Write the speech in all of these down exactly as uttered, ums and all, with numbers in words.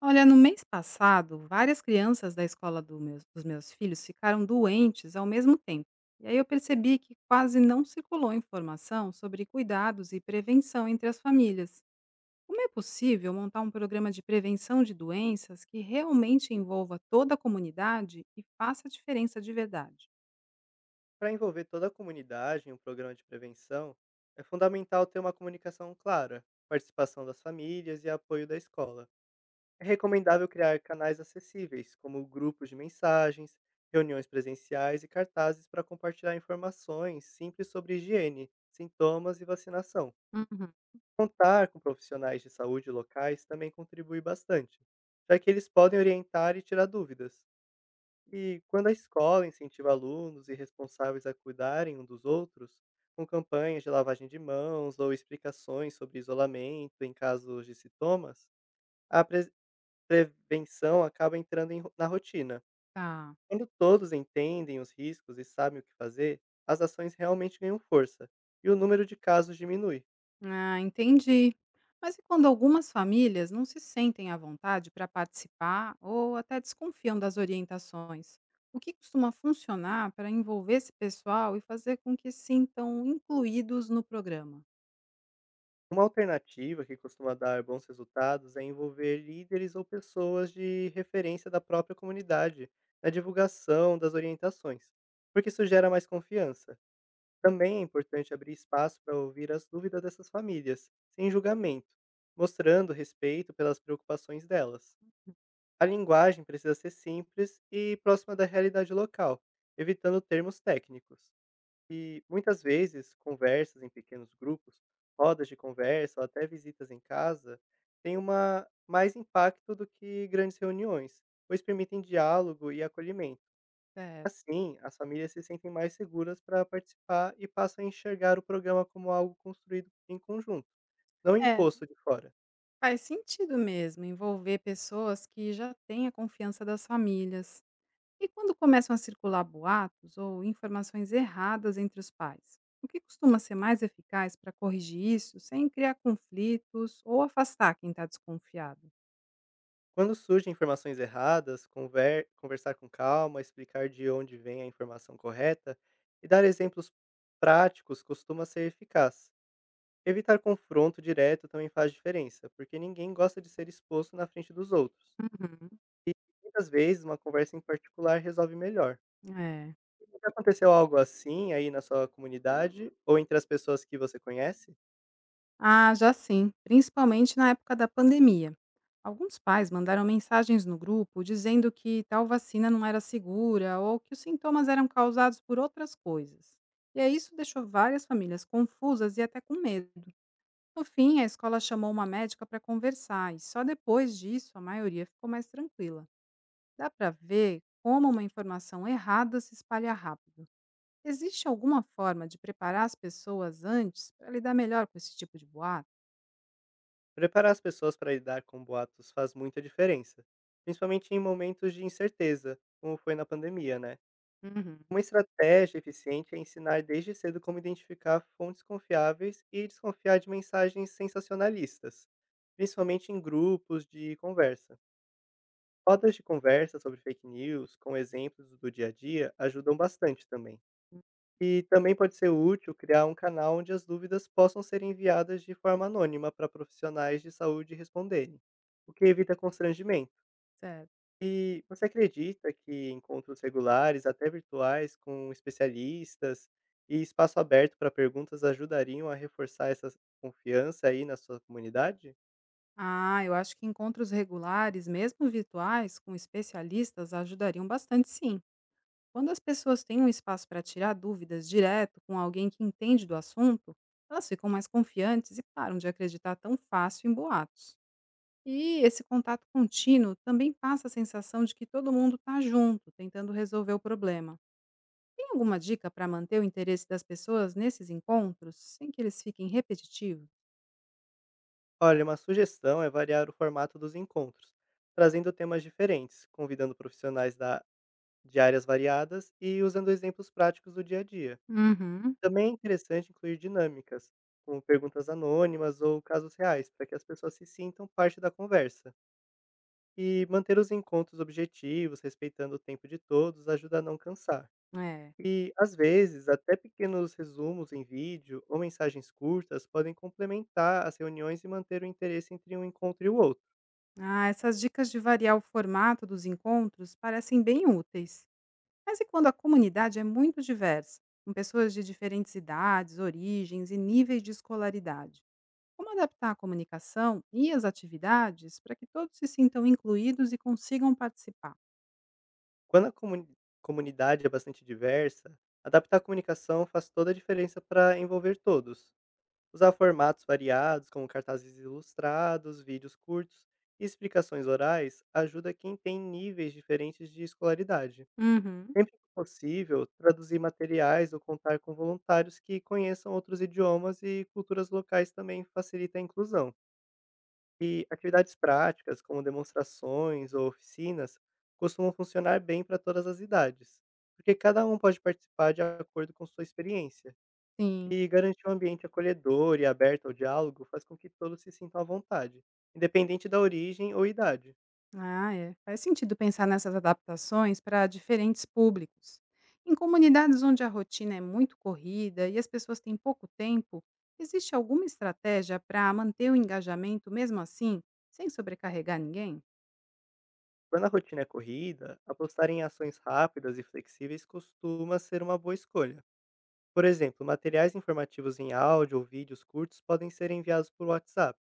Olha, no mês passado, várias crianças da escola do meus- dos meus filhos ficaram doentes ao mesmo tempo. E aí eu percebi que quase não circulou informação sobre cuidados e prevenção entre as famílias. Como é possível montar um programa de prevenção de doenças que realmente envolva toda a comunidade e faça diferença de verdade? Para envolver toda a comunidade em um programa de prevenção, é fundamental ter uma comunicação clara, participação das famílias e apoio da escola. É recomendável criar canais acessíveis, como grupos de mensagens, reuniões presenciais e cartazes para compartilhar informações simples sobre higiene, sintomas e vacinação. Uhum. Contar com profissionais de saúde locais também contribui bastante, já que eles podem orientar e tirar dúvidas. E quando a escola incentiva alunos e responsáveis a cuidarem um dos outros, com campanhas de lavagem de mãos ou explicações sobre isolamento em casos de sintomas, a pre- prevenção acaba entrando em ro- na rotina. Tá. Quando todos entendem os riscos e sabem o que fazer, as ações realmente ganham força e o número de casos diminui. Ah, entendi. Mas e quando algumas famílias não se sentem à vontade para participar ou até desconfiam das orientações? O que costuma funcionar para envolver esse pessoal e fazer com que se sintam incluídos no programa? Uma alternativa que costuma dar bons resultados é envolver líderes ou pessoas de referência da própria comunidade na divulgação das orientações, porque isso gera mais confiança. Também é importante abrir espaço para ouvir as dúvidas dessas famílias, sem julgamento, mostrando respeito pelas preocupações delas. A linguagem precisa ser simples e próxima da realidade local, evitando termos técnicos. E muitas vezes conversas em pequenos grupos, rodas de conversa ou até visitas em casa têm uma mais impacto do que grandes reuniões, pois permitem diálogo e acolhimento. Certo. Assim, as famílias se sentem mais seguras para participar e passam a enxergar o programa como algo construído em conjunto, não É, imposto de fora. faz sentido mesmo envolver pessoas que já têm a confiança das famílias. E quando começam a circular boatos ou informações erradas entre os pais? O que costuma ser mais eficaz para corrigir isso sem criar conflitos ou afastar quem está desconfiado? Quando surgem informações erradas, conver- conversar com calma, explicar de onde vem a informação correta e dar exemplos práticos costuma ser eficaz. Evitar confronto direto também faz diferença, porque ninguém gosta de ser exposto na frente dos outros. Uhum, E muitas vezes uma conversa em particular resolve melhor. é. Já aconteceu algo assim aí na sua comunidade ou entre as pessoas que você conhece? Ah, já sim, principalmente na época da pandemia. Alguns pais mandaram mensagens no grupo dizendo que tal vacina não era segura ou que os sintomas eram causados por outras coisas. E aí isso deixou várias famílias confusas e até com medo. No fim, a escola chamou uma médica para conversar e só depois disso a maioria ficou mais tranquila. Dá para ver como uma informação errada se espalha rápido. Existe alguma forma de preparar as pessoas antes para lidar melhor com esse tipo de boato? Preparar as pessoas para lidar com boatos faz muita diferença, principalmente em momentos de incerteza, como foi na pandemia, né? Uhum. Uma estratégia eficiente é ensinar desde cedo como identificar fontes confiáveis e desconfiar de mensagens sensacionalistas, principalmente em grupos de conversa. Rodas de conversa sobre fake news, com exemplos do dia a dia, ajudam bastante também. E também pode ser útil criar um canal onde as dúvidas possam ser enviadas de forma anônima para profissionais de saúde responderem, o que evita constrangimento. Certo. E você acredita que encontros regulares, até virtuais, com especialistas e espaço aberto para perguntas ajudariam a reforçar essa confiança aí na sua comunidade? Ah, eu acho que encontros regulares, mesmo virtuais, com especialistas ajudariam bastante, sim. Quando as pessoas têm um espaço para tirar dúvidas direto com alguém que entende do assunto, elas ficam mais confiantes e param de acreditar tão fácil em boatos. E esse contato contínuo também passa a sensação de que todo mundo está junto, tentando resolver o problema. Tem alguma dica para manter o interesse das pessoas nesses encontros, sem que eles fiquem repetitivos? Olha, uma sugestão é variar o formato dos encontros, trazendo temas diferentes, convidando profissionais da- de áreas variadas e usando exemplos práticos do dia a dia. Uhum. Também é interessante incluir dinâmicas, como perguntas anônimas ou casos reais, para que as pessoas se sintam parte da conversa. E manter os encontros objetivos, respeitando o tempo de todos, ajuda a não cansar. É. E, às vezes, até pequenos resumos em vídeo ou mensagens curtas podem complementar as reuniões e manter o interesse entre um encontro e o outro. Ah, essas dicas de variar o formato dos encontros parecem bem úteis. Mas e quando a comunidade é muito diversa, com pessoas de diferentes idades, origens e níveis de escolaridade? Como adaptar a comunicação e as atividades para que todos se sintam incluídos e consigam participar? Quando a comuni- comunidade é bastante diversa, adaptar a comunicação faz toda a diferença para envolver todos. Usar formatos variados, como cartazes ilustrados, vídeos curtos e explicações orais, ajuda quem tem níveis diferentes de escolaridade. Uhum, Sempre que possível, traduzir materiais ou contar com voluntários que conheçam outros idiomas e culturas locais também facilita a inclusão. E atividades práticas, como demonstrações ou oficinas, costumam funcionar bem para todas as idades, porque cada um pode participar de acordo com sua experiência. sim. E garantir um ambiente acolhedor e aberto ao diálogo faz com que todos se sintam à vontade, independente da origem ou idade. Ah, é. Faz sentido pensar nessas adaptações para diferentes públicos. Em comunidades onde a rotina é muito corrida e as pessoas têm pouco tempo, existe alguma estratégia para manter o engajamento mesmo assim, sem sobrecarregar ninguém? Quando a rotina é corrida, apostar em ações rápidas e flexíveis costuma ser uma boa escolha. Por exemplo, materiais informativos em áudio ou vídeos curtos podem ser enviados por WhatsApp.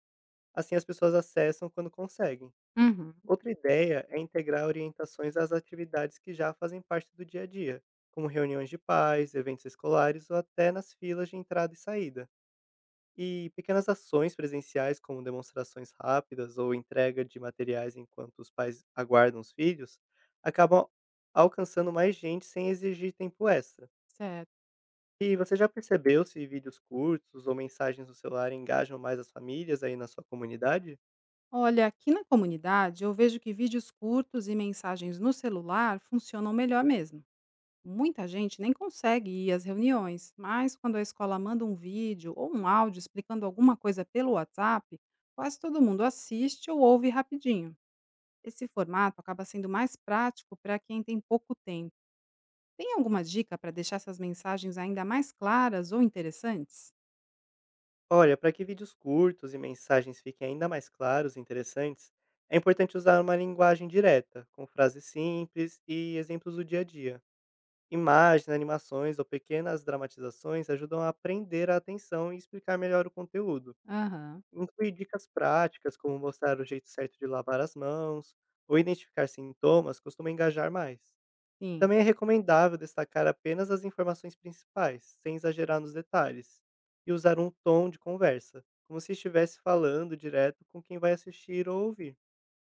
Assim as pessoas acessam quando conseguem. Uhum, Outra ideia é integrar orientações às atividades que já fazem parte do dia a dia, como reuniões de pais, eventos escolares ou até nas filas de entrada e saída. E pequenas ações presenciais, como demonstrações rápidas ou entrega de materiais enquanto os pais aguardam os filhos, acabam alcançando mais gente sem exigir tempo extra. certo. E você já percebeu se vídeos curtos ou mensagens no celular engajam mais as famílias aí na sua comunidade? Olha, aqui na comunidade eu vejo que vídeos curtos e mensagens no celular funcionam melhor mesmo. Muita gente nem consegue ir às reuniões, mas quando a escola manda um vídeo ou um áudio explicando alguma coisa pelo WhatsApp, quase todo mundo assiste ou ouve rapidinho. Esse formato acaba sendo mais prático para quem tem pouco tempo. Tem alguma dica para deixar essas mensagens ainda mais claras ou interessantes? Olha, para que vídeos curtos e mensagens fiquem ainda mais claros e interessantes, é importante usar uma linguagem direta, com frases simples e exemplos do dia a dia. Imagens, animações ou pequenas dramatizações ajudam a prender a atenção e explicar melhor o conteúdo. Aham. Incluir dicas práticas, como mostrar o jeito certo de lavar as mãos ou identificar sintomas, costuma engajar mais. Sim. Também é recomendável destacar apenas as informações principais, sem exagerar nos detalhes, e usar um tom de conversa, como se estivesse falando direto com quem vai assistir ou ouvir.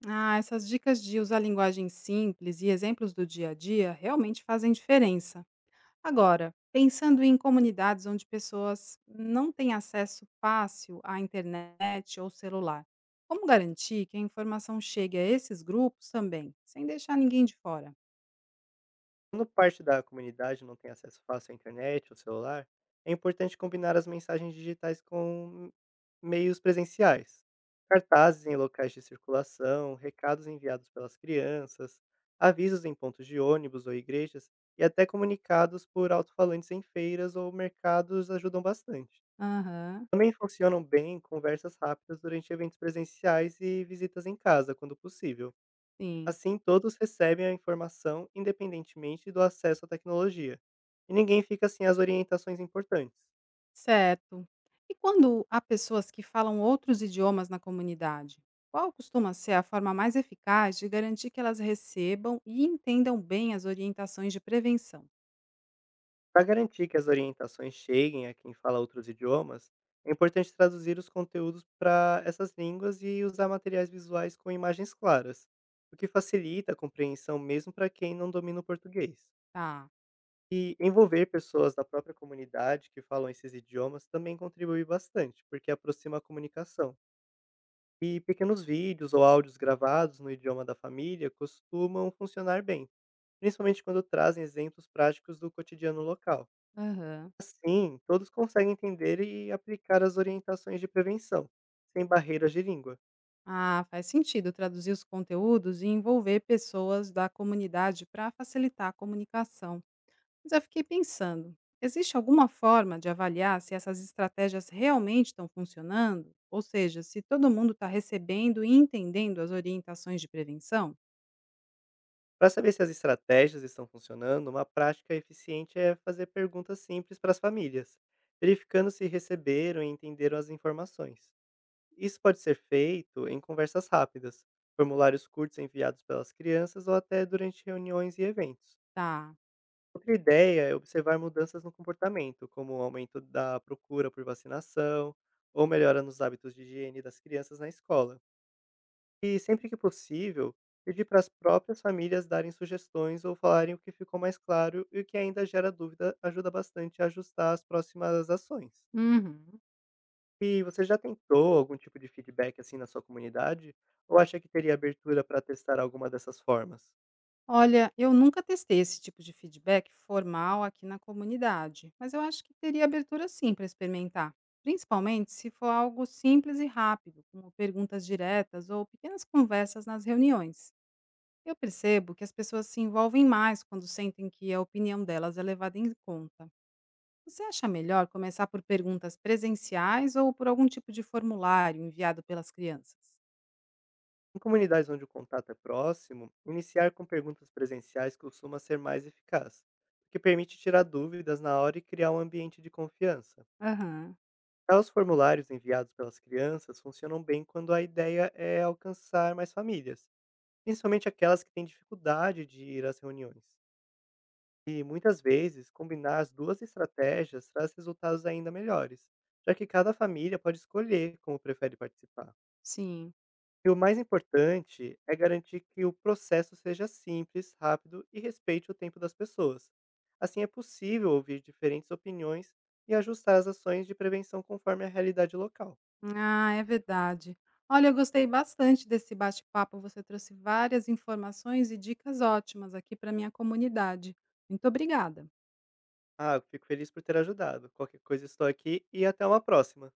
Ah, essas dicas de usar linguagem simples e exemplos do dia a dia realmente fazem diferença. Agora, pensando em comunidades onde pessoas não têm acesso fácil à internet ou celular, como garantir que a informação chegue a esses grupos também, sem deixar ninguém de fora? Quando parte da comunidade não tem acesso fácil à internet ou celular, é importante combinar as mensagens digitais com meios presenciais. Cartazes em locais de circulação, recados enviados pelas crianças, avisos em pontos de ônibus ou igrejas e até comunicados por alto-falantes em feiras ou mercados ajudam bastante. Aham, Também funcionam bem conversas rápidas durante eventos presenciais e visitas em casa, quando possível. sim, Assim, todos recebem a informação independentemente do acesso à tecnologia, e ninguém fica sem as orientações importantes. certo. E quando há pessoas que falam outros idiomas na comunidade, qual costuma ser a forma mais eficaz de garantir que elas recebam e entendam bem as orientações de prevenção? Para garantir que as orientações cheguem a quem fala outros idiomas, é importante traduzir os conteúdos para essas línguas e usar materiais visuais com imagens claras, o que facilita a compreensão mesmo para quem não domina o português. Tá. E envolver pessoas da própria comunidade que falam esses idiomas também contribui bastante, porque aproxima a comunicação. E pequenos vídeos ou áudios gravados no idioma da família costumam funcionar bem, principalmente quando trazem exemplos práticos do cotidiano local. Aham. Assim, todos conseguem entender e aplicar as orientações de prevenção, sem barreiras de língua. Ah, faz sentido traduzir os conteúdos e envolver pessoas da comunidade para facilitar a comunicação. Mas eu fiquei pensando, existe alguma forma de avaliar se essas estratégias realmente estão funcionando? Ou seja, se todo mundo está recebendo e entendendo as orientações de prevenção? Para saber se as estratégias estão funcionando, uma prática eficiente é fazer perguntas simples para as famílias, verificando se receberam e entenderam as informações. Isso pode ser feito em conversas rápidas, formulários curtos enviados pelas crianças ou até durante reuniões e eventos. Tá. Outra ideia é observar mudanças no comportamento, como o aumento da procura por vacinação ou melhora nos hábitos de higiene das crianças na escola. E sempre que possível, pedir para as próprias famílias darem sugestões ou falarem o que ficou mais claro e o que ainda gera dúvida ajuda bastante a ajustar as próximas ações. Uhum. E você já tentou algum tipo de feedback, assim, na sua comunidade? Ou acha que teria abertura para testar alguma dessas formas? Olha, eu nunca testei esse tipo de feedback formal aqui na comunidade, mas eu acho que teria abertura sim para experimentar, principalmente se for algo simples e rápido, como perguntas diretas ou pequenas conversas nas reuniões. Eu percebo que as pessoas se envolvem mais quando sentem que a opinião delas é levada em conta. Você acha melhor começar por perguntas presenciais ou por algum tipo de formulário enviado pelas crianças? Em comunidades onde o contato é próximo, iniciar com perguntas presenciais costuma ser mais eficaz, o que permite tirar dúvidas na hora e criar um ambiente de confiança. Aham, Já os formulários enviados pelas crianças funcionam bem quando a ideia é alcançar mais famílias, principalmente aquelas que têm dificuldade de ir às reuniões. E muitas vezes, combinar as duas estratégias traz resultados ainda melhores, já que cada família pode escolher como prefere participar. sim. E o mais importante é garantir que o processo seja simples, rápido e respeite o tempo das pessoas. Assim, é possível ouvir diferentes opiniões e ajustar as ações de prevenção conforme a realidade local. Ah, é verdade. Olha, eu gostei bastante desse bate-papo. Você trouxe várias informações e dicas ótimas aqui para minha comunidade. Muito obrigada. Ah, eu fico feliz por ter ajudado. Qualquer coisa, estou aqui e até uma próxima!